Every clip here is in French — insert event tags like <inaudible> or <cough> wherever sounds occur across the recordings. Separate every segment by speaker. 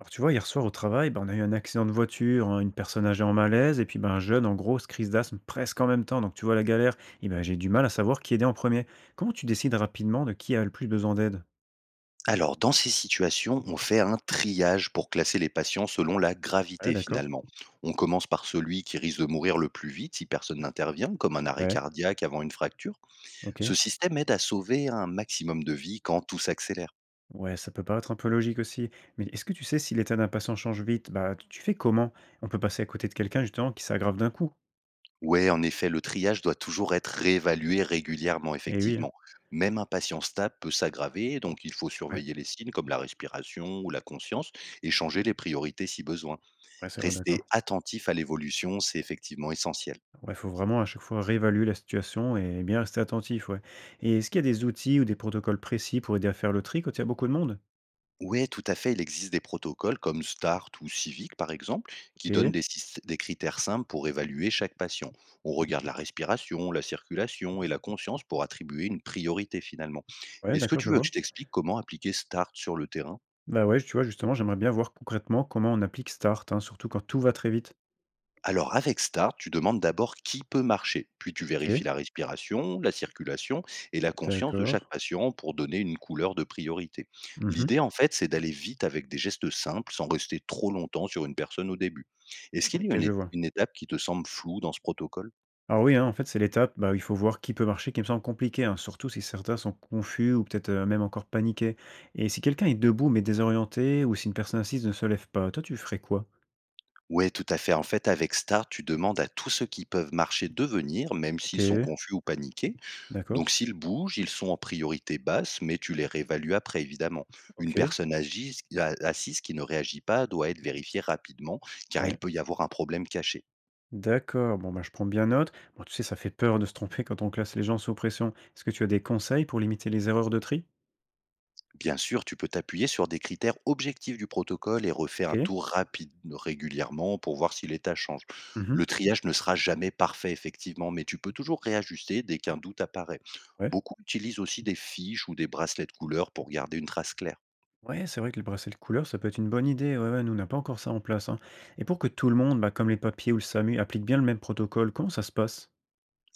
Speaker 1: Alors tu vois, hier soir au travail, ben, on a eu un accident de voiture, hein, une personne âgée en malaise, et puis ben, un jeune en grosse crise d'asthme presque en même temps. Donc tu vois la galère, et ben, j'ai du mal à savoir qui aider en premier. Comment tu décides rapidement de qui a le plus besoin d'aide?
Speaker 2: Alors, dans ces situations, on fait un triage pour classer les patients selon la
Speaker 1: Ouais,
Speaker 2: gravité
Speaker 1: d'accord.
Speaker 2: finalement. On commence par celui qui risque de mourir le plus vite si personne n'intervient, comme un arrêt
Speaker 1: Ouais,
Speaker 2: cardiaque avant une fracture.
Speaker 1: ok.
Speaker 2: Ce système aide à sauver un maximum de vies quand tout s'accélère.
Speaker 1: Ouais, ça peut paraître un peu logique aussi. Mais est-ce que tu sais si l'état d'un patient change vite, bah tu fais comment? On peut passer à côté de quelqu'un justement qui s'aggrave d'un coup.
Speaker 2: Ouais, en effet, le triage doit toujours être réévalué régulièrement,
Speaker 1: Eh oui, hein.
Speaker 2: effectivement. Même un patient stable peut s'aggraver, donc il faut
Speaker 1: ouais,
Speaker 2: surveiller les signes comme la respiration ou la conscience et changer les priorités si besoin.
Speaker 1: ouais, c'est vrai,
Speaker 2: Rester
Speaker 1: d'accord.
Speaker 2: attentif à l'évolution, c'est effectivement essentiel.
Speaker 1: Ouais, faut vraiment à chaque fois réévaluer la situation et bien rester attentif, ouais. Et est-ce qu'il y a des outils ou des protocoles précis pour aider à faire le tri quand il y a beaucoup de monde?
Speaker 2: Ouais, tout à fait. Il existe des protocoles comme START ou Civic, par exemple, qui donnent
Speaker 1: OK.
Speaker 2: des critères simples pour évaluer chaque patient. On
Speaker 1: Mmh.
Speaker 2: regarde la respiration, la circulation et la conscience pour attribuer une priorité finalement.
Speaker 1: Ouais,
Speaker 2: Est-ce que
Speaker 1: d'accord,
Speaker 2: tu
Speaker 1: je
Speaker 2: veux que
Speaker 1: vois.
Speaker 2: je t'explique comment appliquer START sur le terrain?
Speaker 1: Bah ouais, tu vois, justement, j'aimerais bien voir concrètement comment on applique Start, hein, surtout quand tout va très vite.
Speaker 2: Alors avec Star, tu demandes d'abord qui peut marcher, puis tu vérifies
Speaker 1: OK,
Speaker 2: la respiration, la circulation et la conscience de
Speaker 1: d'accord.
Speaker 2: chaque patient pour donner une couleur de priorité.
Speaker 1: Mhm.
Speaker 2: L'idée en fait, c'est d'aller vite avec des gestes simples sans rester trop longtemps sur une personne au début. Est-ce qu'il y a
Speaker 1: OK, je vois.
Speaker 2: une étape qui te semble floue dans ce protocole?
Speaker 1: Alors oui, hein, en fait, c'est l'étape bah, où il faut voir qui peut marcher, qui me semble compliqué, hein, surtout si certains sont confus ou peut-être même encore paniqués. Et si quelqu'un est debout mais désorienté, ou si une personne assise ne se lève pas, toi, tu ferais quoi?
Speaker 2: Ouais, tout à fait. En fait, avec Star, tu demandes à tous ceux qui peuvent marcher de venir, même s'ils sont
Speaker 1: OK,
Speaker 2: confus ou paniqués.
Speaker 1: d'accord.
Speaker 2: Donc s'ils bougent, ils sont en priorité basse, mais tu les réévalues après, évidemment. Une
Speaker 1: OK,
Speaker 2: personne assise qui ne réagit pas doit être vérifiée rapidement, car il
Speaker 1: ouais.
Speaker 2: peut y avoir un problème caché.
Speaker 1: D'accord, bon, bah, je prends bien note. Bon, tu sais, ça fait peur de se tromper quand on classe les gens sous pression. Est-ce que tu as des conseils pour limiter les erreurs de tri?
Speaker 2: Bien sûr, tu peux t'appuyer sur des critères objectifs du protocole et refaire un
Speaker 1: OK.
Speaker 2: tour rapide régulièrement pour voir si l'état change.
Speaker 1: Mmh.
Speaker 2: Le triage ne sera jamais parfait, effectivement, mais tu peux toujours réajuster dès qu'un doute apparaît.
Speaker 1: Ouais.
Speaker 2: Beaucoup utilisent aussi des fiches ou des bracelets de couleurs pour garder une trace claire.
Speaker 1: Ouais, c'est vrai que les bracelets de couleur, ça peut être une bonne idée. Ouais, ouais, nous, on n'a pas encore ça en place, hein. Et pour que tout le monde, bah, comme les papiers ou le SAMU, applique bien le même protocole, comment ça se passe?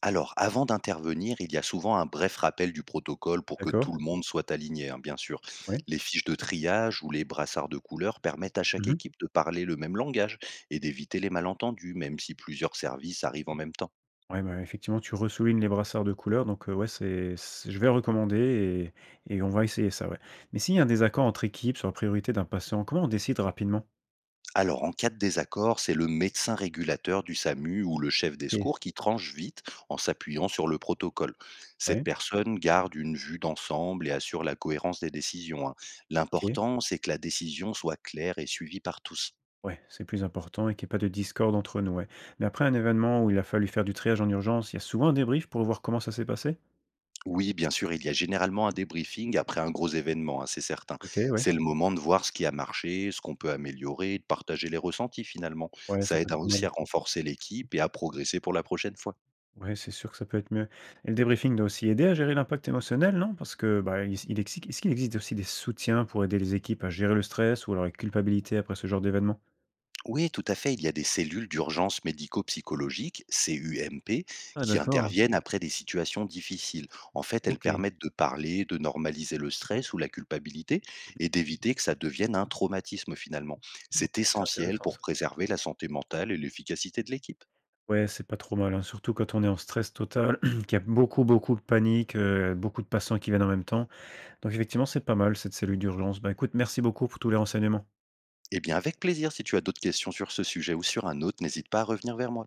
Speaker 2: Alors, avant d'intervenir, il y a souvent un bref rappel du protocole pour que tout
Speaker 1: D'accord.
Speaker 2: le monde soit aligné, hein, bien sûr.
Speaker 1: Ouais.
Speaker 2: Les fiches de triage ou les brassards de couleurs permettent à chaque
Speaker 1: Mmh.
Speaker 2: équipe de parler le même langage et d'éviter les malentendus, même si plusieurs services arrivent en même temps.
Speaker 1: Ouais, bah, effectivement, tu ressoulignes les brassards de couleur, donc ouais, c'est je vais recommander et on va essayer ça, ouais. Mais s'il y a un désaccord entre équipes sur la priorité d'un patient, comment on décide rapidement?
Speaker 2: Alors, en cas de désaccord, c'est le médecin régulateur du SAMU ou le chef des
Speaker 1: OK.
Speaker 2: secours qui tranche vite en s'appuyant sur le protocole. Cette
Speaker 1: Ouais.
Speaker 2: personne garde une vue d'ensemble et assure la cohérence des décisions, hein.
Speaker 1: OK.
Speaker 2: L'important, c'est que la décision soit claire et suivie par tous.
Speaker 1: Ouais, c'est plus important et qu'il y ait pas de discorde entre nous, ouais. Mais après un événement où il a fallu faire du triage en urgence, il y a souvent un débrief pour voir comment ça s'est passé?
Speaker 2: Oui, bien sûr, il y a généralement un débriefing après un gros événement, hein, c'est certain.
Speaker 1: OK, ouais.
Speaker 2: C'est le moment de voir ce qui a marché, ce qu'on peut améliorer, de partager les ressentis finalement.
Speaker 1: Ouais, ça
Speaker 2: Ça
Speaker 1: peut
Speaker 2: aide
Speaker 1: être
Speaker 2: à
Speaker 1: pas
Speaker 2: aussi
Speaker 1: mal.
Speaker 2: à renforcer l'équipe et à progresser pour la prochaine fois.
Speaker 1: Ouais, c'est sûr que ça peut être mieux. Et le débriefing doit aussi aider à gérer l'impact émotionnel, non? Parce que, bah, il s il exi est-ce qu'il existe aussi des soutiens pour aider les équipes à gérer le stress ou alors la culpabilité après ce genre d'événement?
Speaker 2: Oui, tout à fait. Il y a des cellules d'urgence médico-psychologique, CUMP,
Speaker 1: Ah
Speaker 2: qui Mhm.
Speaker 1: d'accord,
Speaker 2: interviennent après des situations difficiles. En fait, elles
Speaker 1: OK.
Speaker 2: permettent de parler, de normaliser le stress ou la culpabilité et d'éviter que ça devienne un traumatisme finalement.
Speaker 1: OK,
Speaker 2: C'est
Speaker 1: c'est
Speaker 2: essentiel
Speaker 1: intéressant
Speaker 2: pour
Speaker 1: ça.
Speaker 2: préserver la santé mentale et l'efficacité de l'équipe.
Speaker 1: Ouais, c'est pas trop mal, hein, surtout quand on est en stress total, <clears throat> qu'il y a beaucoup, beaucoup de panique, beaucoup de passants qui viennent en même temps. Donc effectivement, c'est pas mal cette cellule d'urgence. Bah, écoute, merci beaucoup pour tous les renseignements.
Speaker 2: Eh bien, avec plaisir, si tu as d'autres questions sur ce sujet ou sur un autre, n'hésite pas à revenir vers moi.